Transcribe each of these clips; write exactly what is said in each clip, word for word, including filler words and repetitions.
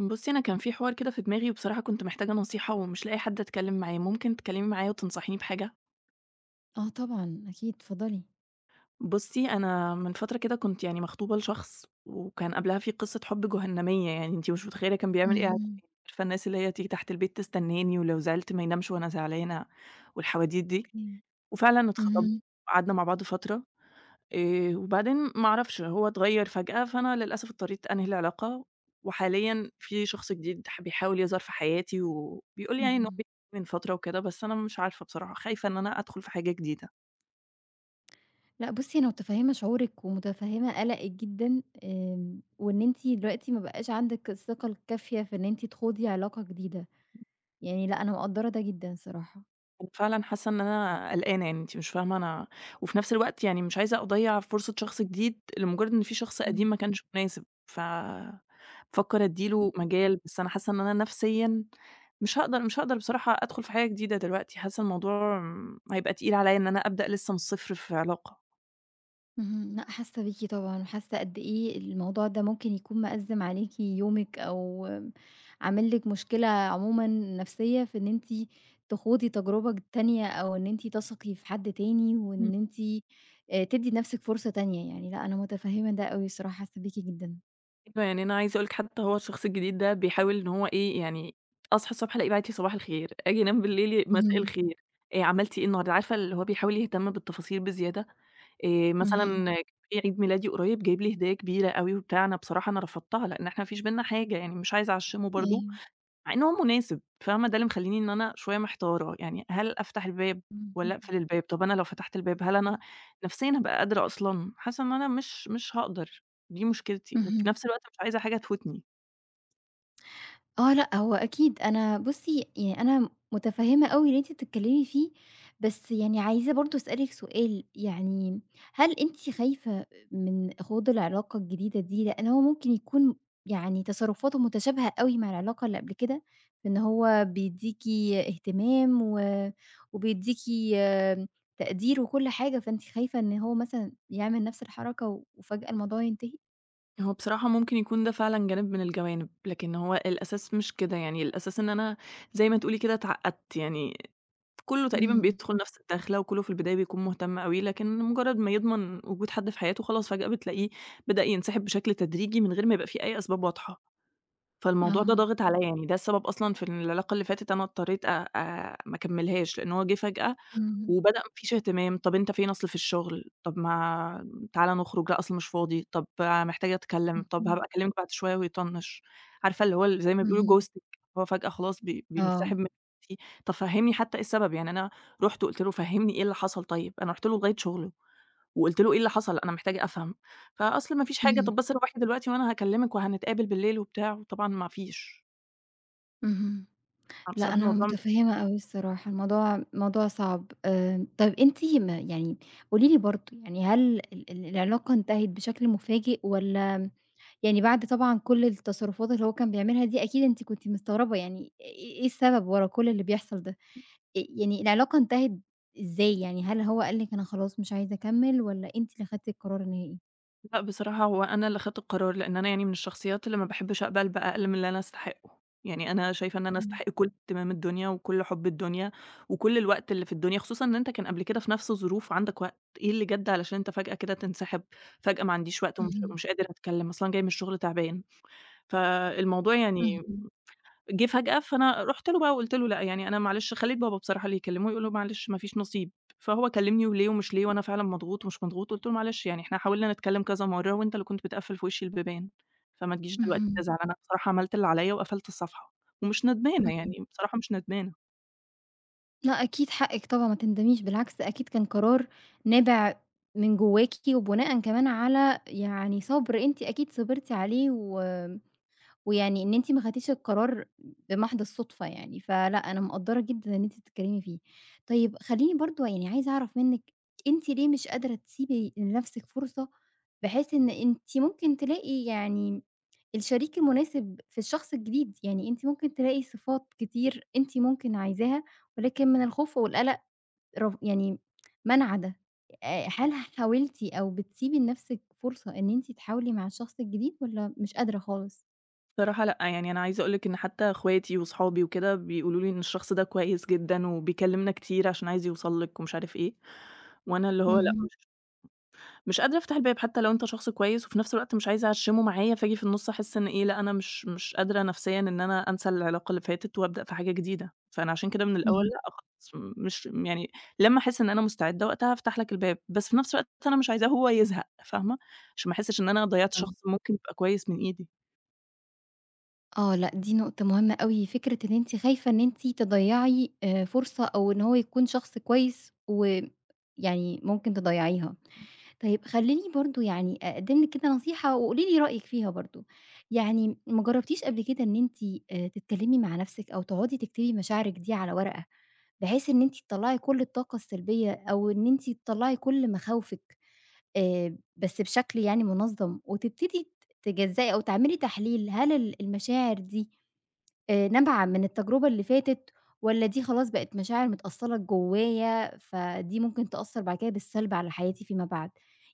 بُصّي، أنا كان في حوار كده في دماغي وبصراحة كنت محتاجة نصيحة ومش لاقية حد أتكلّم معاه، ممكن تتكلّمي معايا وتنصحيني بحاجة؟ آه طبعًا، أكيد، اتفضلي. بُصّي، أنا من فترة كده كنت يعني مخطوبة لشخص وكان قبلها في قصة حُب جهنمية يعني أنتِ مش متخيّلة كان بيعمل إيه عليّا، اهم، عارفة الناس اللي هي تيجي تحت البيت تستناني ولو زعلت ما ينامش وأنا زعلانة والحواديت دي، أوكي. وفعلًا اتخطبنا اهم، وقعدنا مع بعض فترة آآ وبعدين ما أعرفش، هو اتغيّر فجأة، فأنا للأسف اضطريت أنهي العلاقة، وحاليًا في شخص جديد ح بيحاول يظهر في حياتي، وبيقول لي يعني إن هو اهم. بيحبني من فترة وكده، بس أنا مش عارفة بصراحة، خايفة إن أنا أدخل في حاجة جديدة. لأ بُصّي، أنا متفهّمة شعورِك ومتفهّمة قلقِك جدًا، آمم، وإن أنتِ دلوقتي ما بقاش عندِك الثقة الكافية في إن أنتِ تخوضي علاقة جديدة، يعني لأ أنا مقدّرة ده جدًا صراحة. أنا فعلًا حاسة إن أنا قلقانة يعني أنتِ مش فاهمة أنا وفي نفس الوقت يعني مش عايزة أضيّع فرصة شخص جديد لمجرد إن في شخص إمم. قديم ما كانش مناسب، ف بافكر أدّي إمم. له مجال، بس أنا حاسة إن أنا نفسيًا مش هاقدر مش هاقدر بصراحة أدخل في حاجة جديدة دلوقتي، حاسة الموضوع امم، هيبقى تقيل عليَّ إن أنا أبدأ لسه من الصفر في علاقة. اهم، لأ حاسة بيكِ طبعًا، وحاسة قد إيه الموضوع ده ممكن يكون مأزّم عليكِ يومِك، أو عامل لِك مشكلة عمومًا نفسية في إن أنتِ تخوضي تجربة ج تانية، أو إن أنتِ تثقي في حد تاني، إمم. وإن أنتِ آآ تدّي لنفسِك فرصة تانية يعني، لأ أنا متفهمة ده أوي الصراحة، حاسة بيكِ جدًا. أيوه، يعني أنا عايزة أقول لِك حتى هو الشخص الجديد ده بيحاول إن هو إيه، يعني أصحى الصبح ألاقيه باعت لي صباح الخير، آجي أنام بالليل ي مساء اهم، الخير، آآ عملتِ إيه النهارده؟ عارفة اللي هو بيحاول يهتم بالتفاصيل بزيادة. آآ اهم، مثلًا في عيد ميلادي قريب جايب لي هدية كبيرة أوي وبتاع، أنا بصراحة أنا رفضتها، لإن إحنا ما فيش بيننا حاجة، يعني مش عايزة أعشّمه برضه، أيوه، مع إن هو مناسب، فاهمة، ده اللي مخلّيني إن أنا شوية محتارة، يعني هل أفتح الباب اهم، والّا أقفل الباب؟ طَب أنا لو فتحت الباب هل أنا نفسيًا هابقى قادرة أصلًا؟ حاسة إن أنا مش مش هاقدر، دي مشكلتي، وفي اهم. نفس الوقت مش عايزة حاجة تفوتني. آه لأ، هو أكيد أنا بُصّي، يعني أنا متفهّمة أوي اللي أنتِ بتتكلّمي فيه، بس يعني عايزة برضه أسألِك سؤال، يعني هل أنتِ خايفة من خوض العلاقة الجديدة دي، لإن هو ممكن يكون يعني تصرُّفاته متشابهة أوي مع العلاقة اللي قبل كده، إن هو بيدّيكِ اهتمام و وبيدّيكِ آمم، تقدير وكل حاجة، فأنتِ خايفة إن هو مثلًا يعمل نَفْس الحركة وفجأة الموضوع ينتهي؟ هو بصراحة ممكن يكون ده فعلًا جانب من الجوانب، لكن هو الأساس مش كده، يعني الأساس إن أنا زي ما تقولي كده اتعقدت، يعني كُلّه تقريبًا إمم، بيدخل نفس الدخلة، وكُلّه في البداية بيكون مهتم أوي، لكن مجرد ما يضمن وجود حد في حياته خلاص فجأة بتلاقيه بدأ ينسحب بشكل تدريجي من غير ما يبقى في أي أسباب واضحة، فالموضوع ده آه، ضاغط عليَّ يعني ده السبب أصلًا في العلاقة اللي فاتت أنا اضطريت أ أ ما أكمّلهاش، لإن هو جه فجأة إمم، وبدأ ما فيش اهتمام، طب أنت فين؟ أصل في الشغل، طب ما تعالَ نخرج، لأ أصل مش فاضي، طب محتاجة أتكلم، طب اهم، هابقى أكلمك بعد شوية ويطنّش. عارفة اللي هو ال زي ما بيقولوا اهم. ghosting هو فجأة خلاص بي بينسحب آه، من حياتي، طب فهّمني حتى إيه السبب، يعني أنا رُحت وقُلت له فهّمني إيه اللي حصل طيب، أنا رُحت له لغاية شغله وقُلت له إيه اللي حصل، أنا محتاجة أفهم، فأصل ما فيش حاجة، اهم، طب بس روّحي دلوقتي وأنا هاكلمك وهنتقابل بالليل وبتاع، وطبعًا ما فيش. اهم. أنا لأ بصراحة أنا الموضوع متفهمة أوي الصراحة، الموضوع موضوع صعب. آآ، طب أنتِ ما يعني قولي لي برضه يعني هل ال ال العلاقة انتهت بشكل مفاجئ والّا يعني بعد طبعًا كل التصرفات اللي هو كان بيعملها دي أكيد أنتِ كنتِ مستغربة يعني إ إيه السبب ورا كل اللي بيحصل ده؟ أ يعني العلاقة انتهت إزاي يعني؟ هل هو قال لِك أنا خلاص مش عايز أكمل والّا أنتِ اللي خدتِ القرار النهائي؟ لأ، بصراحة هو أنا اللي خدت القرار، لإن أنا يعني من الشخصيات اللي ما باحبش أقبل بأقل من اللي أنا أستحقه، يعني أنا شايفة إن أنا إمم، أستحق كل اهتمام الدنيا، وكل حب الدنيا، وكل الوقت اللي في الدنيا، خصوصًا إن أنت كان قبل كده في نفس الظروف وعندك وقت، إيه اللي جَد علشان أنت فجأة كده تنسحب، فجأة ما عنديش وقت ومش اهم، ومش قادر أتكلم، أصلًا جاي من الشغل تعبان، فالموضوع يعني اهم، جه فجأة، فأنا رُحت له بقى وقُلت له: "لأ، يعني أنا معلش" خلّيت بابا بصراحة اللي يكلّمه، يقول له: "معلش ما فيش نصيب." فهو كلّمني وليه ومش ليه، وأنا فعلًا مضغوط ومش مضغوط، قُلت له: "معلش يعني إحنا حاولنا نتكلّم كذا مرّة وأنت اللي كنت بتقفّل في وشّي البيبان، فما تجيش دلوقتي اهم، تزعل، أنا بصراحة عملت اللي عليّا وقفلت الصفحة." ومش ندمانة اهم. يعني، بصراحة مش ندمانة. لأ أكيد حقِّك طبعًا ما تندميش، بالعكس أكيد كان قرار نابع من جواكِ وبناءً كمان على يعني صبر أنتِ أكيد صبرتِ عليه و ويعني إن أنتِ ما خدتيش القرار بمحض الصُدفة يعني، فلأ أنا مقدّرة جدًا إن أنتِ بتتكلمي فيه. طيب خلّيني برضه يعني عايزة أعرف منِّك، أنتِ ليه مش قادرة تسيبي لنَفْسِك فرصة، بحيث إن أنتِ ممكن تلاقي يعني الشريك المناسب في الشخص الجديد، يعني أنتِ ممكن تلاقي صفات كتير أنتِ ممكن عايزاها، ولكن من الخوف والقلق رف يعني مانعة ده. آآ هل حاولتِ أو بتسيبي لنَفْسِك فرصة إن أنتِ تحاولي مع الشخص الجديد والّا مش قادرة خالص؟ بصراحة لأ، يعني أنا عايزة أقول لِك إن حتى أخواتي وصحابي وكده بيقولوا لي إن الشخص ده كويس جدًا وبيكلّمنا كتير عشان عايز يوصل لِك ومش عارف إيه، وأنا اللي هو لأ اهم. مش مش قادرة أفتح الباب حتى لو أنت شخص كويس، وفي نفس الوقت مش عايزة أعشّمه معايا، فآجي في النُص أحس إن إيه، لأ أنا مش مش قادرة نفسيًا إن أنا أنسى العلاقة اللي فاتت وأبدأ في حاجة جديدة، فأنا عشان كده من الأول اهم، لأ خلاص مش يعني لمّا أحس إن أنا مستعدة وقتها هافتح لك الباب، بس في نفس الوقت أنا مش عايزاه هو يزهق، فاهمة؟ عشان ما أحسش إن أنا ضيّعت فاهمة، شخص ممكن يبقى كويس من إيدي. آه، لأ دي نقطة مهمة أوي، فكرة إن أنتِ خايفة إن أنتِ تضيّعي آآ فرصة أو إن هو يكون شخص كويس ويعني ممكن تضيّعيها. طيب خلّيني برضه يعني أقدّم لِك كده نصيحة وقولي لي رأيِك فيها برضه، يعني ما جرّبتيش قبل كده إن أنتِ آآ تتكلّمي مع نَفْسِك أو تقعدي تكتبي مشاعرِك دي على ورقة، بحيث إن أنتِ تطلّعي كل الطاقة السلبية أو إن أنتِ تطلّعي كل مخاوفِك؟ آآ بس بشكل يعني منظَّم، وتبتدي ت تجزّئي أو تعملي تحليل، هل ال المشاعر دي آآ نابعة من التجربة اللي فاتت والّا دي خلاص بقت مشاعر متأصّلة جوّايا، فدي ممكن تأثّر بعد كده بالسلب على حياتي فيما بعد؟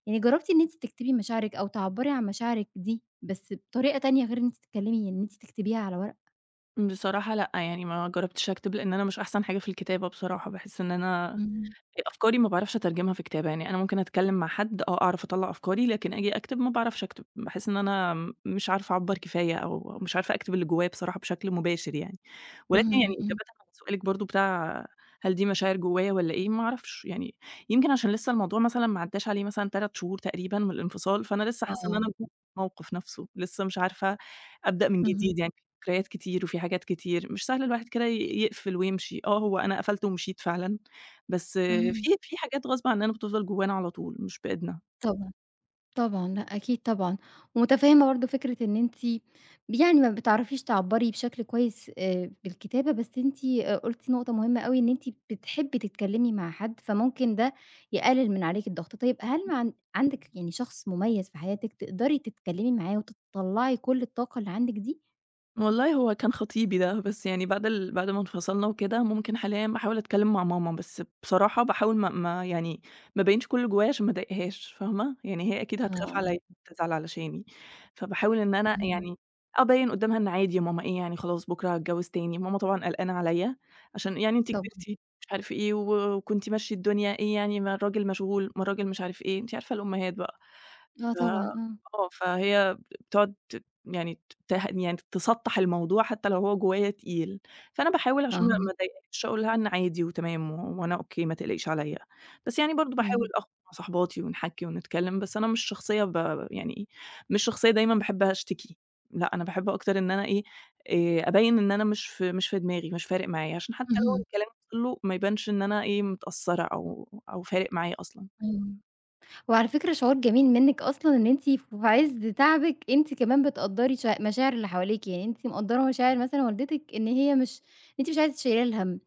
يعني جرّبتِ إن أنتِ تكتبي مشاعرِك أو تعبّري عن مشاعرِك دي بس بطريقة تانية غير إن أنتِ تتكلّمي إن أنتِ تكتبيها على ورق؟ بصراحة لأ، يعني ما جرّبتش أكتب لإن أنا مش أحسن حاجة في الكتابة بصراحة، باحس إن أنا إمم، آآ أفكاري ما باعرفش أترجمها في كتابة، يعني أنا ممكن أتكلّم مع حد آه، أعرف أطلّع أفكاري، لكن آجي أكتب ما باعرفش أكتب، باحس إن أنا م مش عارفة أعبّر كفاية أو مش عارفة أكتب اللي جوايا بصراحة بشكل مباشر يعني، اهم، ولكن يعني إمم، إجابةً على سؤالِك برضه بتاع هل دي مشاعر جوايا والّا إيه، ما أعرفش، يعني يمكن عشان لسه الموضوع مثلًا ما عدّاش عليه مثلًا 3 شهور تقريبًا من الانفصال، فأنا لسه حاسة إن آه، أنا جوّه الموقف نفسه، لسه مش عارفة أبدأ من اهم، جديد، يعني في ذكريات كتير وفي حاجات كتير، مش سهل الواحد كده ي يقفل ويمشي، آه، هو أنا قفلت ومشيت فعلًا، بس اهم، في في حاجات غصب عننا بتفضل جوانا على طول، مش بإيدنا. طبعًا. طبعًا، لأ أكيد طبعًا، ومتفهمة برضه فكرة إن أنتِ يعني ما بتعرفيش تعبّري بشكل كويس آآ بالكتابة، بس أنتِ آآ قُلتِ نقطة مهمة أوي إن أنتِ بتحبي تتكلمي مع حد، فممكن ده يقلل من عليكِ الضغط. طيب هل ما عن عندِك يعني شخص مميز في حياتِك تقدري تتكلمي معاه وتطلّعي كل الطاقة اللي عندِك دي؟ والله هو كان خطيبي ده، بس يعني بعد ال بعد ما انفصلنا وكده، ممكن حاليًا باحاول أتكلم مع ماما، بس بصراحة باحاول ما ما يعني ما أبيّنش كل اللي جوايا عشان ما أضايقهاش، فاهمة؟ يعني هي أكيد هتخاف آه، عليّا وتزعل علشاني، فباحاول إن أنا إمم، يعني أبيّن قدّامها إن عادي يا ماما إيه يعني خلاص بكرة هاتجوّز تاني، ماما طبعًا قلقانة عليّا عشان يعني أنتِ طبعًا. كبرتِ مش عارف إيه، و وكنتِ ماشية الدنيا إيه يعني ما الراجل مشغول، ما الراجل مش عارف إيه، أنتِ عارفة الأمهات بقى. ف آه طبعًا، آه. آه، فهي بتقعد ت يعني ته يعني تسطّح الموضوع حتى لو هو جوايا تقيل، فأنا باحاول عشان آه، ما ما اضايقهاش أقول لها إن عادي وتمام و وأنا أوكي ما تقلقيش عليَّ، بس يعني برضه باحاول إمم، أخرج مع صاحباتي ونحكي ونتكلم، بس أنا مش شخصية ب يعني مش شخصية دايمًا باحب أشتكي، لأ أنا باحب أكتر إن أنا إيه، آآ، أبيّن إن أنا مش في مش في دماغي، مش فارق معايا، عشان حتى لو اهم، الكلام وصل له ما يبانش إن أنا إيه متأثرة أو أو فارق معايا أصلًا. أيوه. وعلى فكرة شعور جميل منِّك أصلًا إن أنتِ في عِز تعبِك أنتِ كمان بتقدّري ش مشاعر اللي حواليكِ، يعني أنتِ مقدّرة مشاعر مثلًا والدتِك إن هي مش أنتِ مش عايزة تشيليها الهَم،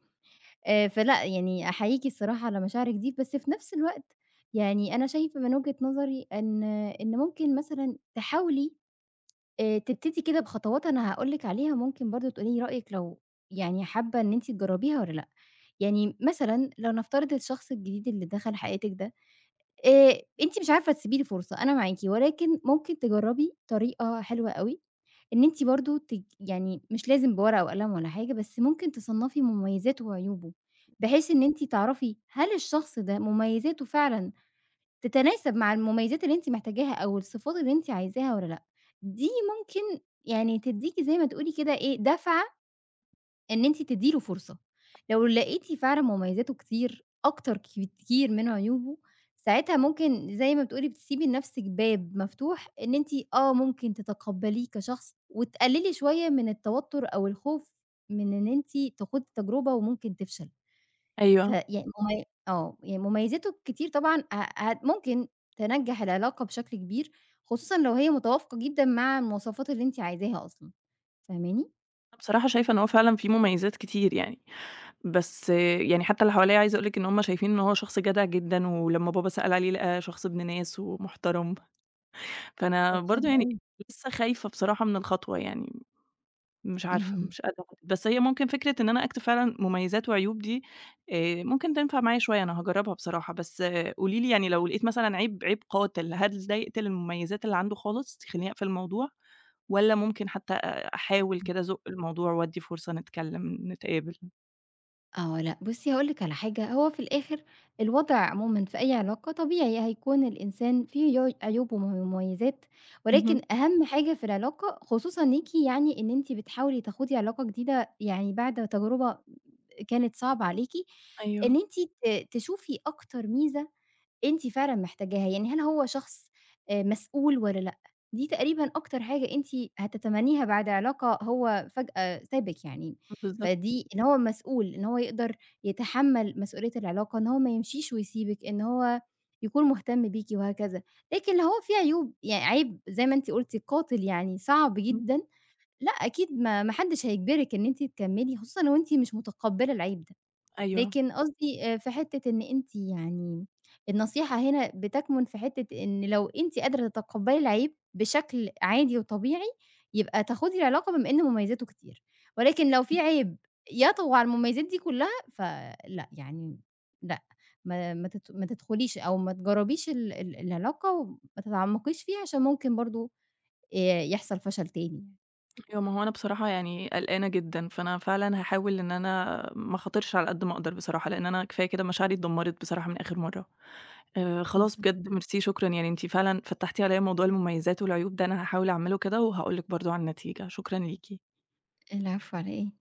آآ فلأ يعني أحييكِ الصراحة على مشاعرِك دي، بس في نفس الوقت يعني أنا شايفة من وجهة نظري إن إن ممكن مثلًا تحاولي آآ تبتدي كده بخطوات أنا هاقول لِك عليها، ممكن برضه تقولي لي رأيِك لو يعني حابة إن أنتِ تجرّبيها والّا لأ. يعني مثلًا لو نفترض الشخص الجديد اللي دخل حياتِك ده آآ أنتِ مش عارفة تسيبي لي فرصة، أنا معاكِ، ولكن ممكن تجرّبي طريقة حلوة أوي، إن أنتِ برضه تج يعني مش لازم بورقة وقلم ولا حاجة، بس ممكن تصنّفي مميزاته وعيوبه، بحيث إن أنتِ تعرفي هل الشخص ده مميزاته فعلًا تتناسب مع المميزات اللي أنتِ محتاجاها أو الصفات اللي أنتِ عايزاها والّا لأ، دي ممكن يعني تدّيكِ زي ما تقولي كده إيه، دَفعة إن أنتِ تدّي له فرصة، لو لقيتِ فعلًا مميزاته كتير أكتر كتير من عيوبه، ساعتها ممكن زي ما بتقولي بتسيبي لنفسِك باب مفتوح إن أنتِ آه، ممكن تتقبّليه كشخص وتقللي شوية من التوتر أو الخوف من إن أنتِ تخوضي تجربة وممكن تفشل، أيوه. فيعني ممي آه، يعني مميزاته الكتير طبعًا ه هت ممكن تنجّح العلاقة بشكل كبير، خصوصًا لو هي متوافقة جدًا مع المواصفات اللي أنتِ عايزاها أصلًا، فاهماني؟ أنا بصراحة شايفة إن هو فعلًا فيه مميزات كتير يعني، بس يعني حتى اللي حواليّا عايزة أقول لِك إن هُم شايفين إن هو شخص جدع جدًا، ولمّا بابا سأل عليه لقى شخص ابن ناس ومحترم، طب فأنا برضه حلو يعني أوي. لسه خايفة بصراحة من الخطوة يعني، مش عارفة اهم. مش قادرة أحدد، بس هي ممكن فكرة إن أنا أكتب فعلًا مميزات وعيوب دي آآ، ممكن تنفع معايا شوية، أنا هاجربها بصراحة، بس قولي لي يعني لو لقيت مثلًا عيب عيب قاتل، هل ده يقتل المميزات اللي عنده خالص يخلّيني أقفل الموضوع؟ والّا ممكن حتى أ أحاول كده أزُق الموضوع وأدّي فرصة نتكلّم، نتقابل؟ آه لأ، بُصّي هاقول لِك على حاجة، هو في الآخر الوضع عمومًا في أي علاقة طبيعي هيكون الإنسان فيه عيو عيوب ومميزات، اهم، ولكن أهم حاجة في العلاقة خصوصًا ليكِ يعني إن أنتِ بتحاولي تخوضي علاقة جديدة يعني بعد تجربة كانت صعبة عليكِ، إن أيوه، أنتِ ت تشوفي أكتر ميزة أنتِ فعلًا محتاجاها، يعني هل هو شخص آآ مسؤول والّا لأ؟ دي تقريبًا أكتر حاجة أنتِ هتتمنّيها بعد علاقة هو فجأة سابِك يعني، بالضبط، فدي إن هو مسؤول، إن هو يقدر يتحمّل مسؤولية العلاقة، إن هو ما يمشيش ويسيبِك، إن هو يكون مهتم بيكِ وهكذا، لكن لو هو فيه عيوب يعني عيب زي ما أنتِ قُلتِ قاتل يعني صعب إمم، جدًا، لأ أكيد ما ما حدش هيجبرِك إن أنتِ تكمّلي، خصوصًا وأنتِ مش متقبّلة العيب ده. أيوه، لكن قصدي آآ في حتّة إن أنتِ يعني النصيحة هنا بتَكمُن في حتّة إن لو أنتِ قادرة تتقبّلي العيب بشكل عادي وطبيعي، يبقى تاخُدي العلاقة بما إن مميزاته كتير، ولكن لو في عيب يطغى على المميزات دي كُلّها، فلأ، يعني لأ، ما ما تت ما تدخُليش أو ما تجرّبيش ال ال العلاقة وما تتعمّقيش فيها عشان ممكن برضه آآ يحصل فشل تاني. أيوه، ما هو أنا بصراحة يعني قلقانة جدًا، فأنا فعلًا هاحاول إن أنا ما أخاطرش على قد ما أقدر بصراحة، لإن أنا كفاية كده مشاعري اتدمّرت بصراحة من آخر مرّة. آآ خلاص بالضبط. بجد ميرسي شكرًا، يعني أنتِ فعلًا فتّحتِ عليّا موضوع المميزات والعيوب ده، أنا هاحاول أعمله كده وهاقول لِك برضه عن النتيجة، شكرًا ليكِ. العفو على إيه؟